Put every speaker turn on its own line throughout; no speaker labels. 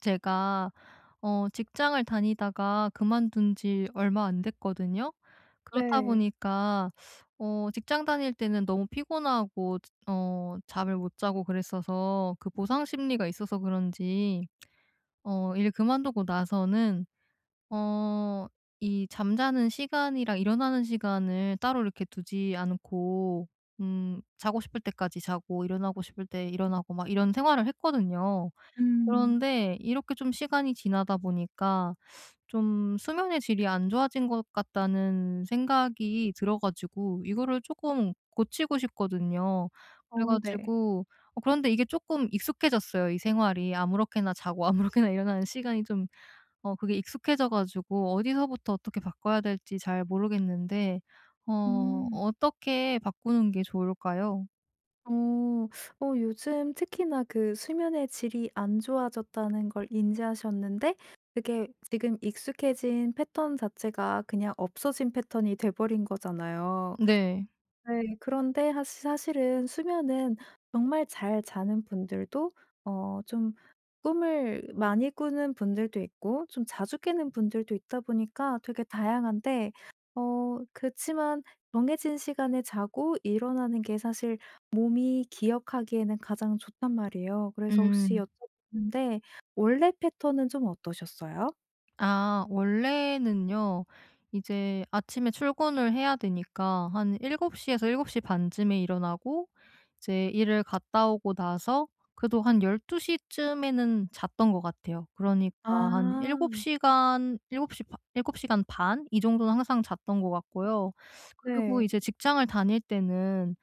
제가 직장을 다니다가 그만둔 지 얼마 안 됐거든요. 그렇다
네.
보니까 직장 다닐 때는 너무 피곤하고 잠을 못 자고 그랬어서 그 보상 심리가 있어서 그런지 일 그만두고 나서는 어 이 잠자는 시간이랑 일어나는 시간을 따로 이렇게 두지 않고 자고 싶을 때까지 자고 일어나고 싶을 때 일어나고 막 이런 생활을 했거든요.
음.
그런데 이렇게 좀 시간이 지나다 보니까 좀 수면의 질이 안 좋아진 것 같다는 생각이 들어 가지고 이거를 조금 고치고 싶거든요. 그래
어, 네.
가지고 그런데 이게 조금 익숙해졌어요, 이 생활이. 아무렇게나 자고 아무렇게나 일어나는 시간이 좀 그게 익숙해져 가지고 어디서부터 어떻게 바꿔야 될지 잘 모르겠는데
음.
어떻게 바꾸는 게 좋을까요?
어. 요즘 특히나 그 수면의 질이 안 좋아졌다는 걸 인지하셨는데, 그게 지금 익숙해진 패턴 자체가 그냥 없어진 패턴이 돼 버린 거잖아요.
네.
네. 그런데 사 사실은 수면은, 정말 잘 자는 분들도 좀 꿈을 많이 꾸는 분들도 있고, 좀 자주 깨는 분들도 있다 보니까 되게 다양한데, 어그지만 정해진 시간에 자고 일어나는 게 사실 몸이 기억하기에는 가장 좋단 말이에요. 그래서 혹시
음.
여쭤보는데, 원래 패턴은 좀 어떠셨어요?
아, 원래는요. 이제 아침에 출근을 해야 되니까 한7시 에서 7시 반 쯤에 일어나고 이제 일을 갔다 오고 나서 그래도 한 1, 2시 쯤에는 잤던 것 같아요. 그러니까 한 7
아.
시간, 일곱 시바 7 시간 반 이 정도는 항상 잤던 것 같고요. 그리고
네.
이제 직장을 다닐 때는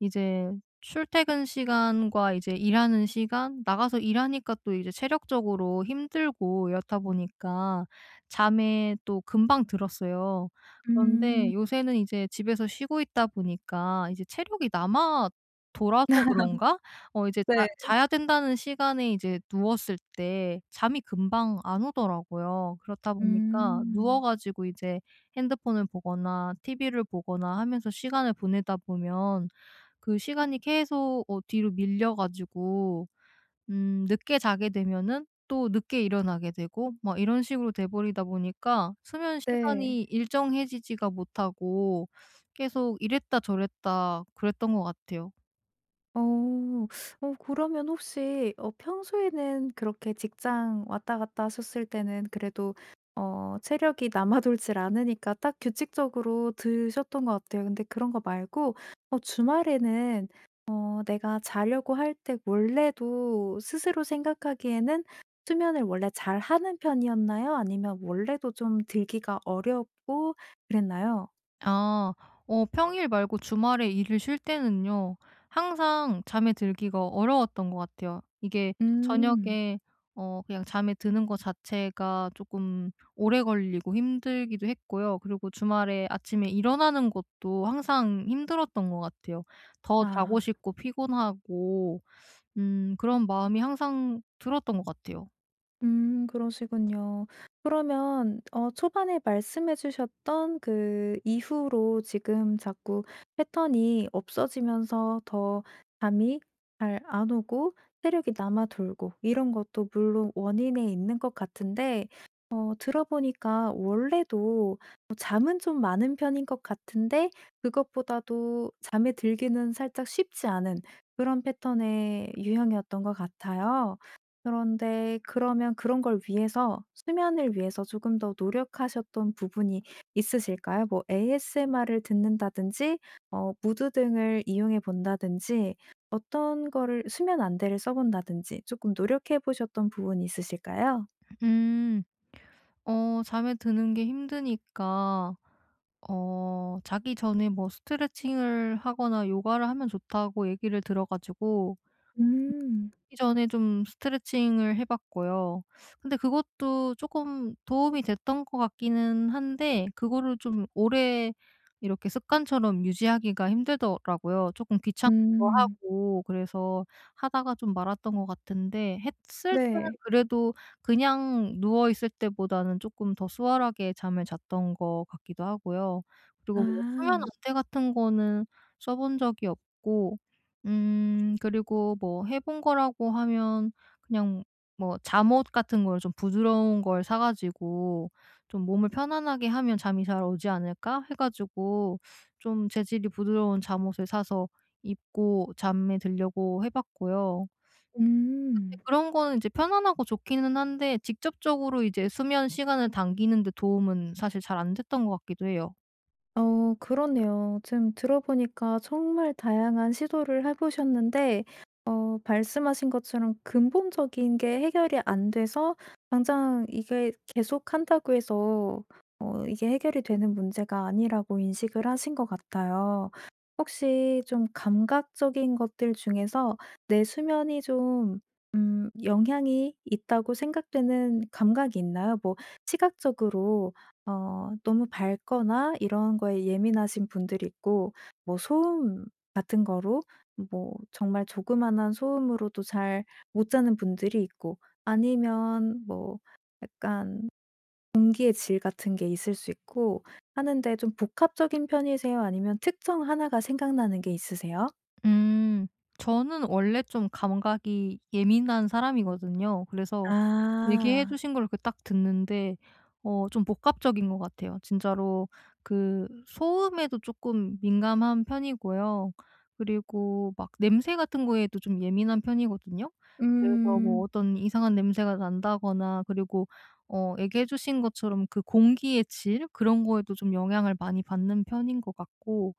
이제 출퇴근 시간과 이제 일하는 시간, 나가서 일하니까 또 이제 체력적으로 힘들고 이렇다 보니까 잠에 또 금방 들었어요.
음.
그런데 요새는 이제 집에서 쉬고 있다 보니까 이제 체력이 남아 돌아서 그런가? 이제 자
네.
자야 된다는 시간에 이제 누웠을 때 잠이 금방 안 오더라고요. 그렇다 보니까 누워
음.
가지고 이제 핸드폰을 보거나 TV를 보거나 하면서 시간을 보내다 보면 그 시간이 계속 뒤로 밀려 가지고 늦게 자게 되면은 또 늦게 일어나게 되고 막 이런 식으로 돼 버리다 보니까 수면
네.
시간이 일정해지지가 못하고 계속 이랬다 저랬다 그랬던 것 같아요.
어. 그러면 혹시 평소에는 그렇게 직장 왔다 갔다 하셨을 때는 그래도 체력이 남아돌질 않으니까 딱 규칙적으로 드셨던 것 같아요. 근데 그런 거 말고 주말에는, 내가 자려고 할 때 원래도 스스로 생각하기에는, 수면을 원래 잘하는 편이었나요? 아니면 원래도 좀 들기가 어렵고 그랬나요?
아. 평일 말고 주말에 일을 쉴 때는요, 항상 잠에 들기가 어려웠던 것 같아요. 이게
음.
저녁에 그냥 잠에 드는 거 자체가 조금 오래 걸리고 힘들기도 했고요. 그리고 주말에 아침에 일어나는 것도 항상 힘들었던 것 같아요. 더
아.
자고 싶고 피곤하고 그런 마음이 항상 들었던 것 같아요.
그러시군요. 그러면 초반에 말씀해 주셨던 그 이후로, 지금 자꾸 패턴이 없어지면서 더 잠이 잘 안 오고 체력이 남아 돌고 이런 것도 물론 원인에 있는 것 같은데, 들어보니까 원래도 뭐 잠은 좀 많은 편인 것 같은데, 그것보다도 잠에 들기는 살짝 쉽지 않은 그런 패턴의 유형이었던 것 같아요. 그런데 그러면 그런 걸 위해서, 수면을 위해서 조금 더 노력하셨던 부분이 있으실까요? 뭐 ASMR을 듣는다든지, 무드 등을 이용해 본다든지, 어떤 거를 수면 안대를 써 본다든지, 조금 노력해 보셨던 부분이 있으실까요?
음. 잠에 드는 게 힘드니까 자기 전에 뭐 스트레칭을 하거나 요가를 하면 좋다고 얘기를 들어 가지고
음.
이전에 좀 스트레칭을 해 봤고요. 근데 그것도 조금 도움이 됐던 것 같기는 한데, 그거를 좀 오래 이렇게 습관처럼 유지하기가 힘들더라고요. 조금 귀찮기도
음.
하고 그래서 하다가 좀 말았던 것 같은데, 했을 때는
네.
그래도 그냥 누워 있을 때보다는 조금 더 수월하게 잠을 잤던 것 같기도 하고요. 그리고 뭐 수면
아.
안대 같은 거는 써본 적이 없고, 그리고 뭐 해본 거라고 하면 그냥 뭐 잠옷 같은 걸 좀 부드러운 걸 사 가지고 좀 '몸을 편안하게 하면 잠이 잘 오지 않을까?' 해 가지고 좀 재질이 부드러운 잠옷을 사서 입고 잠에 들려고 해 봤고요. 근데
음.
그런 거는 이제 편안하고 좋기는 한데, 직접적으로 이제 수면 시간을 당기는 데 도움은 사실 잘 안 됐던 것 같기도 해요.
그러네요. 지금 들어보니까 정말 다양한 시도를 해 보셨는데, 말씀하신 것처럼 근본적인 게 해결이 안 돼서, 당장 이게 계속한다고 해서 이게 해결이 되는 문제가 아니라고 인식을 하신 것 같아요. 혹시 좀 감각적인 것들 중에서 내 수면이 좀 영향이 있다고 생각되는 감각이 있나요? 뭐 시각적으로 너무 밝거나 이런 거에 예민하신 분들이 있고, 뭐 소음 같은 거로, 뭐 정말 조그마한 소음으로도 잘 못 자는 분들이 있고, 아니면 뭐 약간 공기의 질 같은 게 있을 수 있고 하는데, 좀 복합적인 편이세요? 아니면 특정 하나가 생각나는 게 있으세요?
음. 저는 원래 좀 감각이 예민한 사람이거든요. 그래서 얘기해
아.
주신 걸 이렇게 딱 듣는데 좀 복합적인 것 같아요, 진짜로. 그 소음에도 조금 민감한 편이고요. 그리고 막 냄새 같은 거에도 좀 예민한 편이거든요. 그래서 뭐
음.
어떤 이상한 냄새가 난다거나, 그리고 얘기해 주신 것처럼 그 공기의 질 그런 거에도 좀 영향을 많이 받는 편인 것 같고,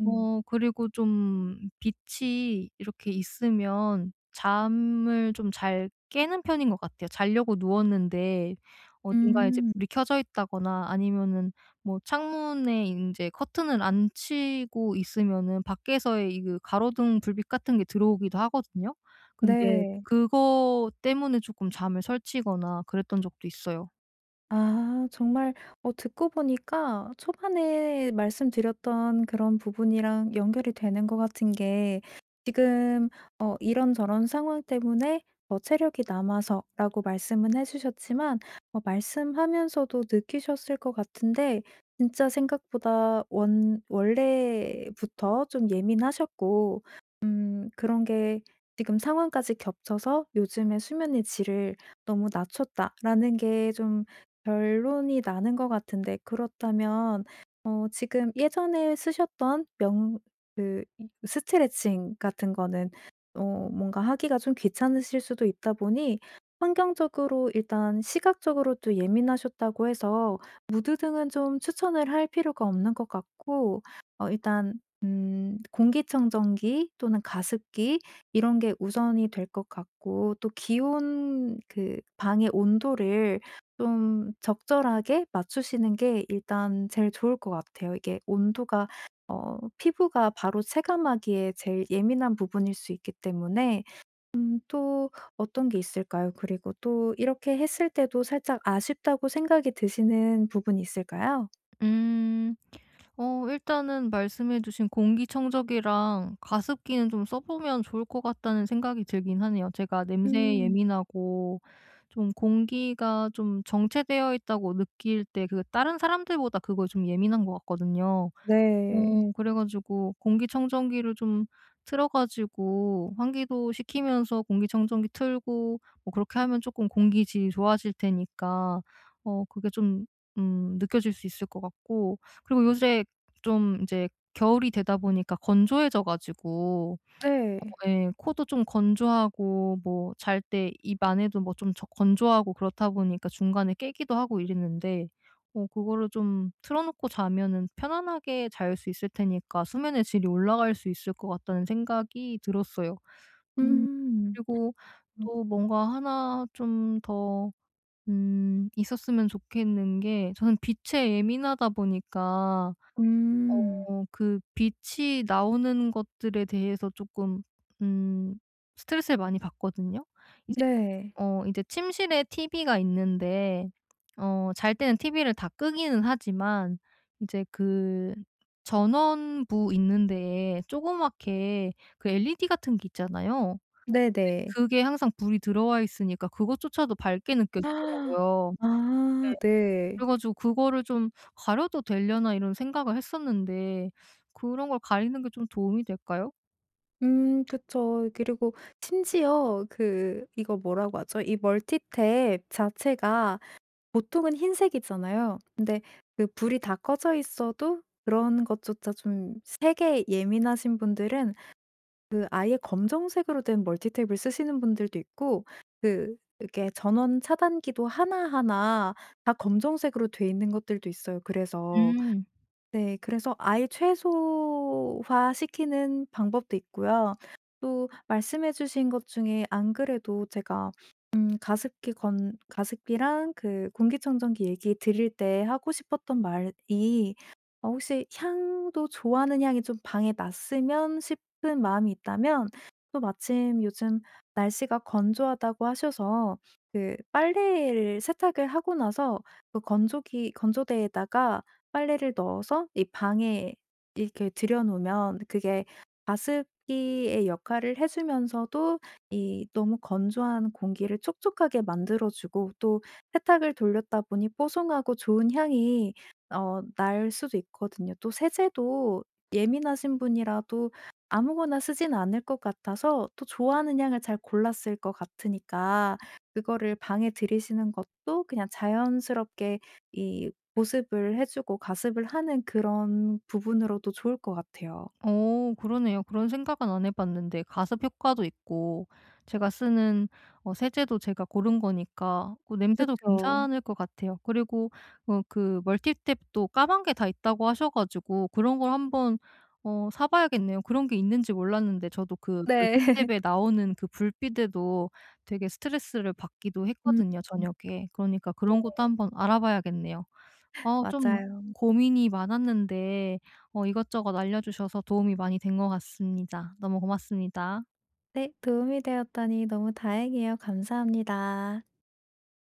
음.
그리고 좀 빛이 이렇게 있으면 잠을 좀 잘 깨는 편인 것 같아요. 자려고 누웠는데 어딘가에 이제
음.
불이 켜져 있다거나, 아니면은 뭐 창문에 이제 커튼을 안 치고 있으면은 밖에서의 이그 가로등 불빛 같은 게 들어오기도 하거든요. 근데
네.
그거 때문에 조금 잠을 설치거나 그랬던 적도 있어요.
아, 정말 듣고 보니까 초반에 말씀드렸던 그런 부분이랑 연결이 되는 것 같은 게, 지금 "이런저런 상황 때문에 더 체력이 남아서."라고 말씀은 해 주셨지만, 말씀하면서도 느끼셨을 것 같은데, 진짜 생각보다 원 원래부터 좀 예민하셨고, 그런 게 지금 상황까지 겹쳐서 '요즘에 수면의 질을 너무 낮췄다.'라는 게좀 결론이 나는 것 같은데, 그렇다면 지금 예전에 쓰셨던 명 그 이 스트레칭 같은 거는 뭔가 하기가 좀 귀찮으실 수도 있다 보니, 환경적으로 일단 시각적으로 또 예민하셨다고 해서 무드 등은 좀 추천을 할 필요가 없는 것 같고, 일단 공기청정기 또는 가습기, 이런 게 우선이 될 것 같고, 또 기온, 그 방의 온도를 좀 적절하게 맞추시는 게 일단 제일 좋을 것 같아요. 이게 온도가 피부가 바로 체감하기에 제일 예민한 부분일 수 있기 때문에. 또 어떤 게 있을까요? 그리고 또 이렇게 했을 때도 살짝 아쉽다고 생각이 드시는 부분이 있을까요?
음. 일단은 말씀해 주신 공기청정기랑 가습기는 좀 써 보면 좋을 것 같다는 생각이 들긴 하네요. 제가 냄새에
음,
예민하고 좀 공기가 좀 정체되어 있다고 느낄 때, 그 다른 사람들보다 그거좀 예민한 것 같거든요.
네.
그래 가지고 공기청정기를 좀 틀어 가지고 환기도 시키면서 공기청정기 틀고 뭐 그렇게 하면 조금 공기 질이 좋아질 테니까 그게 좀 느껴질 수 있을 것 같고, 그리고 요새 좀 이제 겨울이 되다 보니까 건조해져 가지고,
네.
예. 코도 좀 건조하고 뭐 잘 때 입 안에도 뭐 좀 저 건조하고 그렇다 보니까 중간에 깨기도 하고 이랬는데, 그거를 좀 틀어 놓고 자면은 편안하게 잘 수 있을 테니까 수면의 질이 올라갈 수 있을 것 같다는 생각이 들었어요. 음.
음.
그리고 또 뭔가 하나 좀 더 있었으면 좋겠는 게, 저는 빛에 예민하다 보니까
음.
그 빛이 나오는 것들에 대해서 조금 음 스트레스를 많이 받거든요. 이제
네, 네.
이제 침실에 TV가 있는데, 잘 때는 TV를 다 끄기는 하지만, 이제 그 전원부 있는 데에 조그맣게 그 LED 같은 게 있잖아요.
네네.
그게 항상 불이 들어와 있으니까 그것조차도 밝게
아,
느껴지더라고요.
아,
그래
네.
가지고 그거를 좀 '가려도 되려나?' 이런 생각을 했었는데, 그런 걸 가리는 게 좀 도움이 될까요?
그쵸. 그리고 심지어 그, 이거 뭐라고 하죠? 이 멀티탭 자체가 보통은 흰색이잖아요. 근데 그 불이 다 꺼져 있어도, 그런 것조차 좀 색에 예민하신 분들은 그 아예 검정색으로 된 멀티탭을 쓰시는 분들도 있고, 그 이렇게 전원 차단기도 하나하나 다 검정색으로 돼 있는 것들도 있어요, 그래서.
음.
네. 그래서 아예 최소화시키는 방법도 있고요. 또 말씀해 주신 것 중에, 안 그래도 제가 가습기랑 그 공기청정기 얘기 드릴 때 하고 싶었던 말이, 혹시 향도, 좋아하는 향이 좀 방에 났으면 싶은 마음이 있다면, 또 마침 요즘 날씨가 건조하다고 하셔서, 그 빨래를 세탁을 하고 나서 그 건조기 건조대에다가 빨래를 넣어서 이 방에 이렇게 들여 놓으면, 그게 가습기의 역할을 해 주면서도 이 너무 건조한 공기를 촉촉하게 만들어 주고, 또 세탁을 돌렸다 보니 뽀송하고 좋은 향이 날 수도 있거든요. 또 세제도 예민하신 분이라도 아무거나 쓰진 않을 것 같아서, 또 좋아하는 향을 잘 골랐을 것 같으니까, 그거를 방에 들이시는 것도 그냥 자연스럽게 이 보습을 해 주고 가습을 하는, 그런 부분으로도 좋을 것 같아요.
어, 그러네요. 그런 생각은 안 해 봤는데 가습 효과도 있고, 제가 쓰는 세제도 제가 고른 거니까 그 냄새도
그쵸.
괜찮을 것 같아요. 그리고 그 멀티탭도 까만 게 다 있다고 하셔 가지고 그런 걸 한번 사 봐야겠네요. 그런 게 있는지 몰랐는데 저도 그
네.
멀티탭에 나오는 그 불빛에도 되게 스트레스를 받기도
음.
했거든요, 저녁에. 그러니까 그런 것도 한번 알아봐야겠네요. 좀
맞아요.
고민이 많았는데 이것저것 알려 주셔서 도움이 많이 된 것 같습니다. 너무 고맙습니다.
네, 도움이 되었다니 너무 다행이에요. 감사합니다.